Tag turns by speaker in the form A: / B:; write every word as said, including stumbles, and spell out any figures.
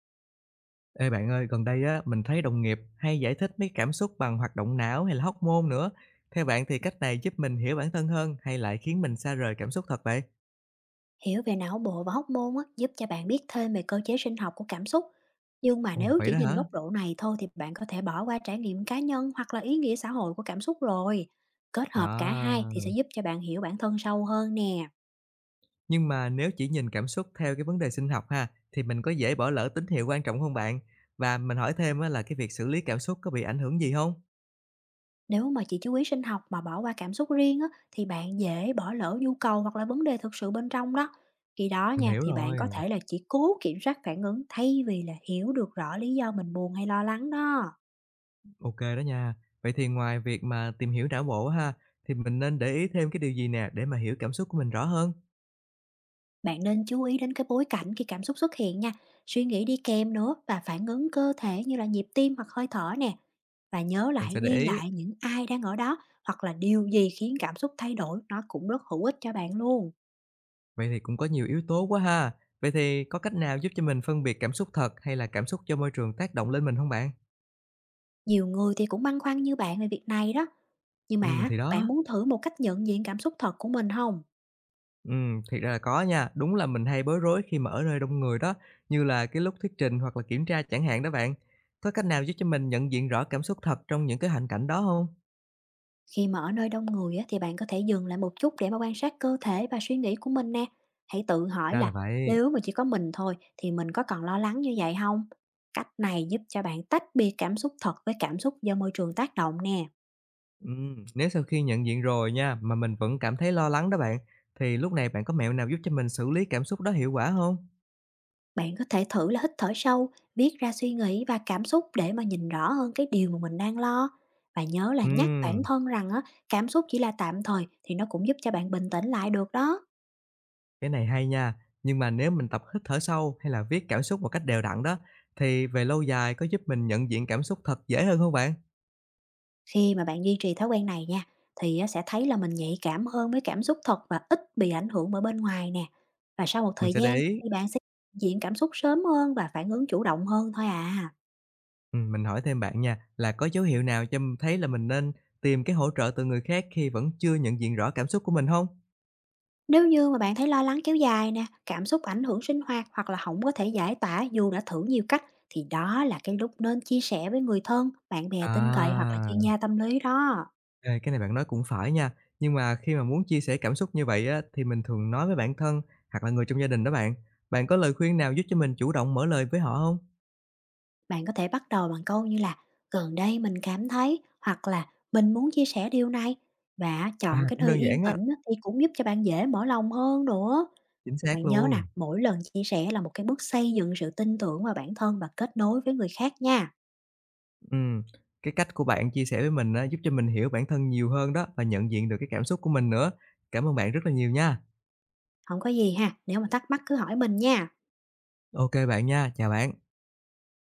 A: Ê bạn ơi, gần đây á, mình thấy đồng nghiệp hay giải thích mấy cảm xúc bằng hoạt động não hay là hóc môn nữa. Theo bạn thì cách này giúp mình hiểu bản thân hơn hay lại khiến mình xa rời cảm xúc thật vậy?
B: Hiểu về não bộ và hormone á, giúp cho bạn biết thêm về cơ chế sinh học của cảm xúc. Nhưng mà
A: Ồ,
B: nếu
A: vậy
B: chỉ
A: đó
B: nhìn
A: hả?
B: góc độ này thôi thì bạn có thể bỏ qua trải nghiệm cá nhân hoặc là ý nghĩa xã hội của cảm xúc rồi. Kết hợp cả hai
A: À,
B: thì sẽ giúp cho bạn hiểu bản thân sâu hơn nè.
A: nhưng mà nếu chỉ nhìn cảm xúc theo cái vấn đề sinh học ha, thì mình có dễ bỏ lỡ tín hiệu quan trọng không bạn? Và mình hỏi thêm á, là cái việc xử lý cảm xúc có bị ảnh hưởng gì không?
B: Nếu mà chỉ chú ý sinh học mà bỏ qua cảm xúc riêng á, thì bạn dễ bỏ lỡ nhu cầu hoặc là vấn đề thực sự bên trong đó. Khi đó
A: Mình
B: nha,
A: hiểu
B: thì bạn có
A: rồi.
B: thể là chỉ cố kiểm soát phản ứng thay vì là hiểu được rõ lý do mình buồn hay lo lắng đó.
A: Ok đó nha. Vậy thì ngoài việc mà tìm hiểu não bộ ha, thì mình nên để ý thêm cái điều gì nè để mà hiểu cảm xúc của mình rõ hơn?
B: Bạn nên chú ý đến cái bối cảnh khi cảm xúc xuất hiện nha, suy nghĩ đi kèm nữa, và phản ứng cơ thể như là nhịp tim hoặc hơi thở nè. Và nhớ
A: Mình sẽ
B: lại,
A: để
B: ghi
A: ý.
B: lại những ai đang ở đó hoặc là điều gì khiến cảm xúc thay đổi, nó cũng rất hữu ích cho bạn luôn.
A: Vậy thì cũng có nhiều yếu tố quá ha. Vậy thì có cách nào giúp cho mình phân biệt cảm xúc thật hay là cảm xúc do môi trường tác động lên mình không bạn?
B: Nhiều người thì cũng băn khoăn như bạn về việc này đó. Nhưng
A: Ừm,
B: mà
A: thì
B: bạn
A: đó,
B: muốn thử một cách nhận diện cảm xúc thật của mình không?
A: ừm, Thiệt ra là có nha, đúng là mình hay bối rối khi mà ở nơi đông người đó, như là cái lúc thuyết trình hoặc là kiểm tra chẳng hạn đó bạn. Có cách nào giúp cho mình nhận diện rõ cảm xúc thật trong những cái hoàn cảnh đó không?
B: Khi mà ở nơi đông người á, thì bạn có thể dừng lại một chút để mà quan sát cơ thể và suy nghĩ của mình nè. Hãy tự hỏi
A: Ra là
B: là,
A: vậy.
B: nếu mà chỉ có mình thôi thì mình có còn lo lắng như vậy không? Cách này giúp cho bạn tách biệt cảm xúc thật với cảm xúc do môi trường tác động nè.
A: Ừm, nếu sau khi nhận diện rồi nha, mà mình vẫn cảm thấy lo lắng đó bạn, thì lúc này bạn có mẹo nào giúp cho mình xử lý cảm xúc đó hiệu quả không?
B: Bạn có thể thử là hít thở sâu, viết ra suy nghĩ và cảm xúc để mà nhìn rõ hơn cái điều mà mình đang lo. Và nhớ là nhắc bản
A: Ừm.
B: thân rằng á, cảm xúc chỉ là tạm thời, thì nó cũng giúp cho bạn bình tĩnh lại được đó.
A: Cái này hay nha, nhưng mà nếu mình tập hít thở sâu hay là viết cảm xúc một cách đều đặn đó, thì về lâu dài có giúp mình nhận diện cảm xúc thật dễ hơn không bạn?
B: Khi mà bạn duy trì thói quen này nha, thì á, sẽ thấy là mình nhạy cảm hơn với cảm xúc thật và ít bị ảnh hưởng bởi bên ngoài nè. Và sau một
A: Mình
B: thời
A: sẽ để
B: gian
A: ý.
B: thì bạn sẽ nhận diện cảm xúc sớm hơn và phản ứng chủ động hơn thôi à.
A: Ừm, mình hỏi thêm bạn nha, là có dấu hiệu nào cho m thấy là mình nên tìm cái hỗ trợ từ người khác khi vẫn chưa nhận diện rõ cảm xúc của mình không?
B: Nếu như mà bạn thấy lo lắng kéo dài nè, cảm xúc ảnh hưởng sinh hoạt hoặc là không có thể giải tỏa dù đã thử nhiều cách, thì đó là cái lúc nên chia sẻ với người thân, bạn bè tin cậy hoặc là
A: À,
B: chuyên gia tâm lý đó.
A: ê, cái này bạn nói cũng phải nha, nhưng mà khi mà muốn chia sẻ cảm xúc như vậy á, thì mình thường nói với bạn thân hoặc là người trong gia đình đó bạn. Bạn có lời khuyên nào giúp cho mình chủ động mở lời với họ không?
B: Bạn có thể bắt đầu bằng câu như là, gần đây mình cảm thấy, hoặc là, mình muốn chia sẻ điều này, và
A: À,
B: chọn cái
A: cũng
B: nơi
A: đơn
B: yên
A: giản á,
B: tĩnh á, thì cũng giúp cho bạn dễ mở lòng hơn nữa.
A: chính xác
B: Bạn nhớ nè,
A: luôn.
B: mỗi lần chia sẻ là một cái bước xây dựng sự tin tưởng vào bản thân và kết nối với người khác nha.
A: Ừm, cái cách của bạn chia sẻ với mình á, giúp cho mình hiểu bản thân nhiều hơn đó và nhận diện được cái cảm xúc của mình nữa. Cảm ơn bạn rất là nhiều nha.
B: Không có gì ha, nếu mà thắc mắc cứ hỏi mình nha.
A: Ok bạn nha, chào bạn.